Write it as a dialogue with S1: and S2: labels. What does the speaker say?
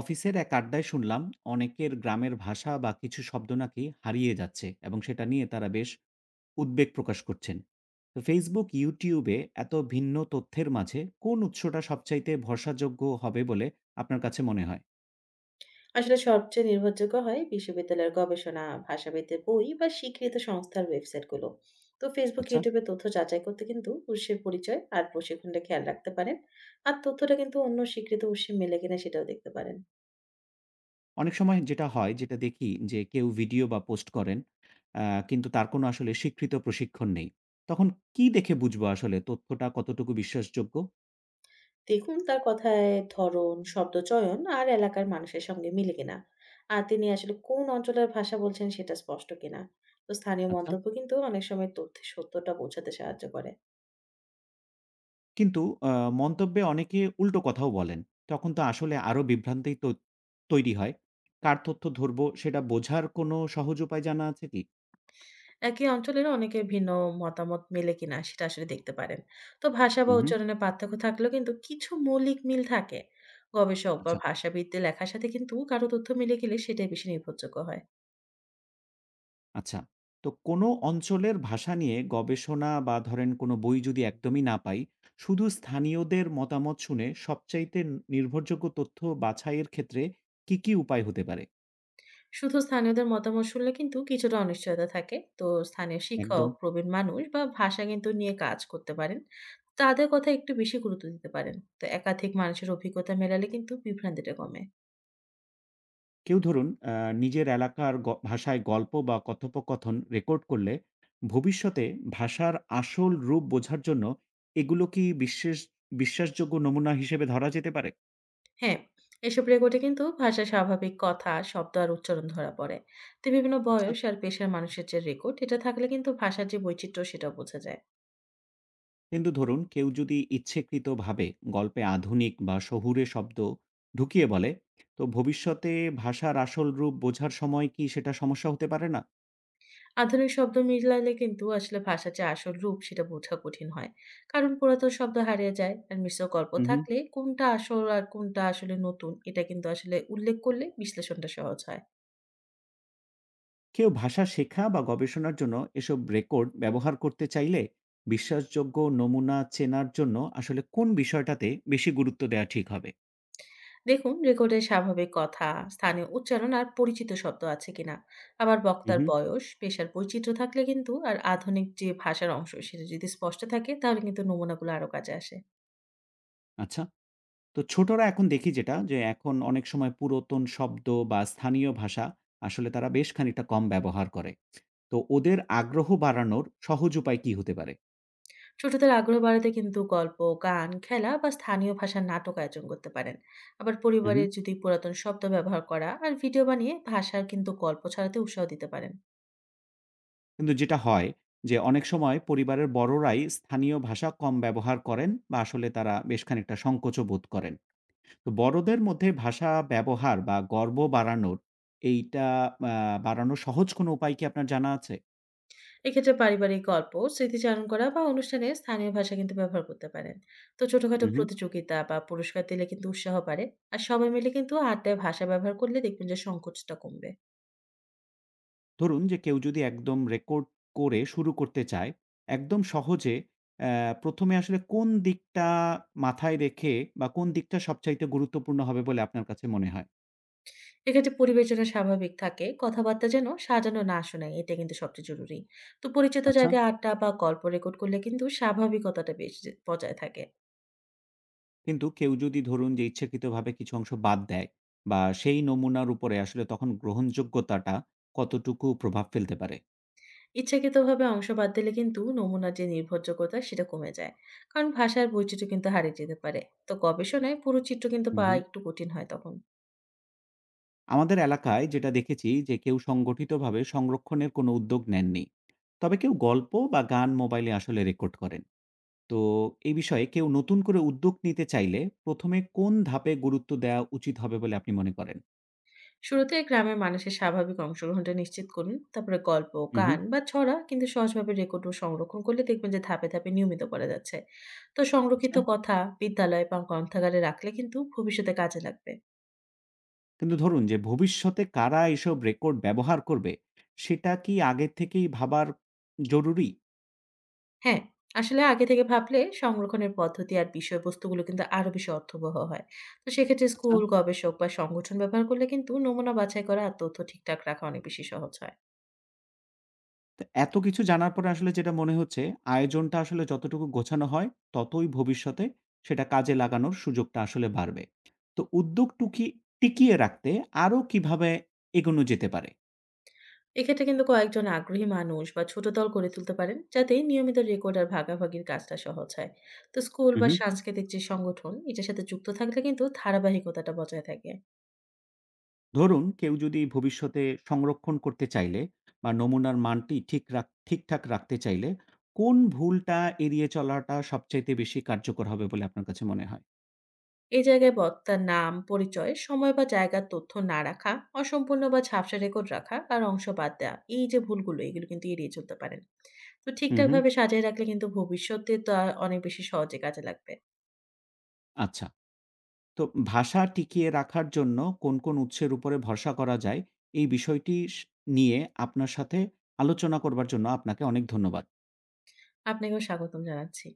S1: অফিসের এক আড্ডায় শুনলাম অনেকের গ্রামের ভাষা বা কিছু শব্দ নাকি হারিয়ে যাচ্ছে, এবং সেটা নিয়ে তারা বেশ উদ্বেগ প্রকাশ করছেন। তো ফেসবুক ইউটিউবে এত ভিন্ন তথ্যের মাঝে কোন উৎসটা সবচাইতে ভরসাযোগ্য হবে বলে আপনার কাছে মনে হয়?
S2: আসলে সবচেয়ে নির্ভরযোগ্য হয় বিশ্ববিদ্যালয়ের গবেষণা, ভাষাবিদের বই বা স্বীকৃত সংস্থার ওয়েবসাইটগুলো। তো ফেসবুক,
S1: আচ্ছা।
S2: ইউটিউবে তথ্য যাচাই করতে কিন্তু উৎসের পরিচয় আর প্রশিক্ষণটা খেয়াল রাখতে পারেন। আর তথ্যটা কিন্তু অন্য স্বীকৃত উৎসে মেলে কিনা সেটাও দেখতে পারেন।
S1: অনেক সময় যেটা হয়, যেটা দেখি যে কেউ ভিডিও বা পোস্ট করেন, কিন্তু তার কোনো আসলে স্বীকৃত প্রশিক্ষণ নেই। তখন কি দেখে বুঝবো আসলে তথ্যটা কতটুকু বিশ্বাসযোগ্য?
S2: দেখুন তার কথায় ধরন, শব্দ চয়ন আর এলাকার মানুষের সঙ্গে মিলে কিনা। আর তিনি আসলে কোন অঞ্চলের ভাষা বলছেন সেটা স্পষ্ট কিনা। তো স্থানীয়
S1: আচ্ছা।
S2: মন্তব্য কিন্তু অনেক সময় তথ্যের সত্যটা বোঝাতে সাহায্য করে।
S1: কিন্তু আ মন্তব্যে অনেকে উল্টো কথাও বলেন। তখন তো আসলে আরো বিভ্রান্তি তো তৈরি হয়। কার তথ্য ধরব সেটা বোঝার কোনো সহজ উপায় জানা আছে কি?
S2: একই অঞ্চলের অনেকের ভিন্ন মতামত মেলে কিনা সেটা আসলে দেখতে পারেন। তো ভাষা
S1: হু,
S2: বা
S1: হুম।
S2: উচ্চারণে পার্থক্য থাকলেও কিন্তু কিছু মৌলিক মিল থাকে। গবেষক বা
S1: আচ্ছা।
S2: ভাষাবিদদের লেখার সাথে কিন্তু কারো তথ্য মিলে গেলে সেটাই বেশি নির্ভরযোগ্য হয়।
S1: আচ্ছা। তো কোনো অঞ্চলের ভাষা নিয়ে গবেষণা বা ধরেন কোনো বই যদি একদমই না পাই, শুধু স্থানীয়দের মতামত শুনে সবচাইতে নির্ভরযোগ্য তথ্য বাছাইয়ের ক্ষেত্রে কি উপায় হতে পারে?
S2: শুধু স্থানীয়দের মতামত শুনলে কিন্তু কিছুটা অনিশ্চয়তা থাকে। তো স্থানীয় শিক্ষক,
S1: একদম।
S2: প্রবীণ মানুষ বা ভাষা কিন্তু নিয়ে কাজ করতে পারেন। তাদের কথা একটু বেশি গুরুত্ব দিতে পারেন। তো একাধিক মানুষের অভিজ্ঞতা মেলালে কিন্তু বিভ্রান্তিটা কমে।
S1: কেউ ধরুন নিজের এলাকার গ ভাষায় গল্প বা কথোপকথন রেকর্ড করলে ভবিষ্যতে ভাষার আসল রূপ বোঝার জন্য এগুলো কি বিশ্বাসযোগ্য নমুনা হিসেবে ধরা যেতে পারে?
S2: হ্যাঁ, এসব রেকর্ডে কিন্তু ভাষার স্বাভাবিক কথা, শব্দ আর উচ্চারণ ধরা পড়ে। তো বিভিন্ন
S1: আচ্ছা।
S2: বয়স আর পেশার মানুষের যে রেকর্ড, এটা থাকলে কিন্তু ভাষার যে বৈচিত্র্য সেটা বোঝা যায়।
S1: কিন্তু ধরুন কেউ যদি ইচ্ছাকৃতভাবে গল্পে আধুনিক বা শহুরে শব্দ ঢুকিয়ে বলে, তো ভবিষ্যতে ভাষার আসল রূপ বোঝার সময় কি সেটা সমস্যা হতে পারে না?
S2: আধুনিক শব্দ মিলালে কিন্তু আসলে ভাষার যে আসল রূপ সেটা বোঝা কঠিন হয়। কারণ পুরাতন শব্দ হারিয়ে যায় আর মিশ্র গল্প
S1: হুম, হুম।
S2: থাকলে কোনটা আসল আর কোনটা আসলে নতুন এটা কিন্তু আসলে উল্লেখ করলে বিশ্লেষণটা সহজ হয়।
S1: কেউ ভাষা শেখা বা গবেষণার জন্য এসব রেকর্ড ব্যবহার করতে চাইলে বিশ্বাসযোগ্য নমুনা চেনার জন্য আসলে কোন বিষয়টাতে বেশি গুরুত্ব দেওয়া ঠিক হবে?
S2: দেখুন রেকর্ডে স্বাভাবিক কথা, স্থানীয় উচ্চারণ আর পরিচিত শব্দ আছে কিনা। আবার বক্তার
S1: হুম।
S2: বয়স, পেশার বৈচিত্র্য থাকলে কিন্তু আর আধুনিক যে ভাষার অংশ সেটা যদি স্পষ্ট থাকে তাহলে কিন্তু নমুনাগুলো আরো কাজে আসে।
S1: আচ্ছা। তো ছোটরা এখন দেখি যেটা, যে এখন অনেক সময় পুরাতন শব্দ বা স্থানীয় ভাষা আসলে তারা বেশ খানিকটা কম ব্যবহার করে। তো ওদের আগ্রহ বাড়ানোর সহজ উপায় কি হতে পারে?
S2: ছোটদের আগ্রহ বাড়াতে কিন্তু গল্প, গান, খেলা বা স্থানীয় ভাষার নাটক আয়োজন করতে পারেন। আবার
S1: হুম।
S2: পরিবারে যদি পুরাতন শব্দ ব্যবহার করা আর ভিডিও বানিয়ে ভাষার কিন্তু গল্প ছড়াতে উৎসাহ দিতে পারেন।
S1: কিন্তু যেটা হয় যে অনেক সময় পরিবারের বড়রাই স্থানীয় ভাষা কম ব্যবহার করেন, বা আসলে তারা বেশ খানিকটা সংকোচ বোধ করেন। তো বড়দের মধ্যে ভাষা ব্যবহার বা গর্ব বাড়ানোর এইটা আ সহজ কোনো উপায় কি আপনার জানা আছে?
S2: এক্ষেত্রে পারিবারিক গল্প স্মৃতিচারণ করা বা অনুষ্ঠানে স্থানীয় ভাষা কিন্তু ব্যবহার করতে পারেন। তো ছোটখাটো
S1: হু, হু।
S2: প্রতিযোগিতা বা পুরস্কার দিলে কিন্তু উৎসাহ বাড়ে। আর সবাই মিলে কিন্তু আড্ডায় ভাষা ব্যবহার করলে দেখবেন যে সংকোচটা কমবে।
S1: ধরুন যে কেউ যদি একদম রেকর্ড করে শুরু করতে চায়, একদম সহজে ১ম এ আসলে কোন দিকটা মাথায় রেখে বা কোন দিকটা সবচাইতে গুরুত্বপূর্ণ হবে বলে আপনার কাছে মনে হয়?
S2: এক্ষেত্রে পরিবেশ যেন স্বাভাবিক থাকে, কথাবার্তা যেন সাজানো না শোনায়, এটা কিন্তু সবচেয়ে জরুরি। তো পরিচিত
S1: আচ্ছা।
S2: জায়গায় আড্ডা বা গল্প রেকর্ড করলে কিন্তু স্বাভাবিকতাটা বেশ বজায় থাকে।
S1: কিন্তু কেউ যদি ধরুন যে ইচ্ছাকৃতভাবে কিছু অংশ বাদ দেয় বা সেই নমুনার উপরে আসলে, তখন গ্রহণযোগ্যতাটা কতটুকু প্রভাব ফেলতে পারে?
S2: ইচ্ছাকৃতভাবে অংশ বাদ দিলে কিন্তু নমুনার যে নির্ভরযোগ্যতা সেটা কমে যায়। কারণ ভাষার বৈচিত্র্য কিন্তু হারিয়ে যেতে পারে। তো গবেষণায় পুরো চিত্র কিন্তু
S1: হু,
S2: পাওয়া
S1: হু।
S2: একটু কঠিন হয় তখন।
S1: আমাদের এলাকায় যেটা দেখেছি যে কেউ সংগঠিতভাবে সংরক্ষণের কোনো উদ্যোগ নেননি, তবে কেউ গল্প বা গান মোবাইলে আসলে রেকর্ড করেন। তো এই বিষয়ে কেউ নতুন করে উদ্যোগ নিতে চাইলে প্রথমে কোন ধাপে গুরুত্ব দেওয়া উচিত হবে বলে আপনি মনে করেন?
S2: শুরুতে গ্রামের মানুষের স্বাভাবিক অংশগ্রহণটা নিশ্চিত করুন, তারপরে গল্প,
S1: হুম।
S2: গান বা ছড়া কিন্তু সহজভাবে রেকর্ড ও সংরক্ষণ করলে দেখবেন যে ধাপে ধাপে নিয়মিত করা যাচ্ছে। তো সংরক্ষিত
S1: আচ্ছা।
S2: কথা বিদ্যালয় বা গ্রন্থাগারে রাখলে কিন্তু ভবিষ্যতে কাজে লাগবে।
S1: কিন্তু ধরুন যে ভবিষ্যতে কারা এসব রেকর্ড ব্যবহার করবে সেটা কি আগের থেকেই ভাবার জরুরি?
S2: হ্যাঁ, আসলে আগে থেকে ভাবলে সংরক্ষণের পদ্ধতি আর বিষয়বস্তুগুলো কিন্তু আরো বেশি অর্থবহ হয়। তো সেক্ষেত্রে
S1: আচ্ছা।
S2: স্কুল, গবেষক বা সংগঠন ব্যবহার করলে কিন্তু নমুনা বাছাই করা আর তথ্য ঠিকঠাক রাখা অনেক বেশি সহজ হয়।
S1: তো এত কিছু জানার পরে আসলে যেটা মনে হচ্ছে, আয়োজনটা আসলে যতটুকু গোছানো হয়, ততই ভবিষ্যতে সেটা কাজে লাগানোর সুযোগটা আসলে বাড়বে। তো উদ্যোগ টিকিয়ে রাখতে আরো কিভাবে এগোনো যেতে পারে?
S2: এক্ষেত্রে কিন্তু কয়েকজন আগ্রহী মানুষ বা ছোট দল গড়ে তুলতে পারেন, যাতে নিয়মিত রেকর্ড আর ভাগাভাগির কাজটা সহজ হয়। তো স্কুল
S1: হু,
S2: বা
S1: হুম।
S2: সাংস্কৃতিক যে সংগঠন, এটার সাথে যুক্ত থাকলে কিন্তু ধারাবাহিকতাটা বজায় থাকে।
S1: ধরুন কেউ যদি ভবিষ্যতে সংরক্ষণ করতে চাইলে বা নমুনার মানটি ঠিকঠাক রাখতে চাইলে, কোন ভুলটা এড়িয়ে চলাটা সবচাইতে বেশি কার্যকর হবে বলে আপনার কাছে মনে হয়?
S2: এই জায়গায় বক্তার নাম, পরিচয়, সময় বা জায়গার তথ্য না রাখা, অসম্পূর্ণ বা ঝাপসা রেকর্ড রাখা আর অংশ বাদ দেওয়া, এই যে ভুলগুলো এগুলো কিন্তু এড়িয়ে চলতে পারেন। তো
S1: হু, হুম।
S2: ঠিকঠাকভাবে সাজিয়ে রাখলে কিন্তু ভবিষ্যতে তা অনেক বেশি সহজে কাজে লাগবে।
S1: আচ্ছা। তো ভাষা টিকিয়ে রাখার জন্য কোন উৎসের উপরে ভরসা করা যায়, এই বিষয়টি নিয়ে আপনার সাথে আলোচনা করবার জন্য আপনাকে অনেক ধন্যবাদ।
S2: আপনাকেও স্বাগতম জানাচ্ছি।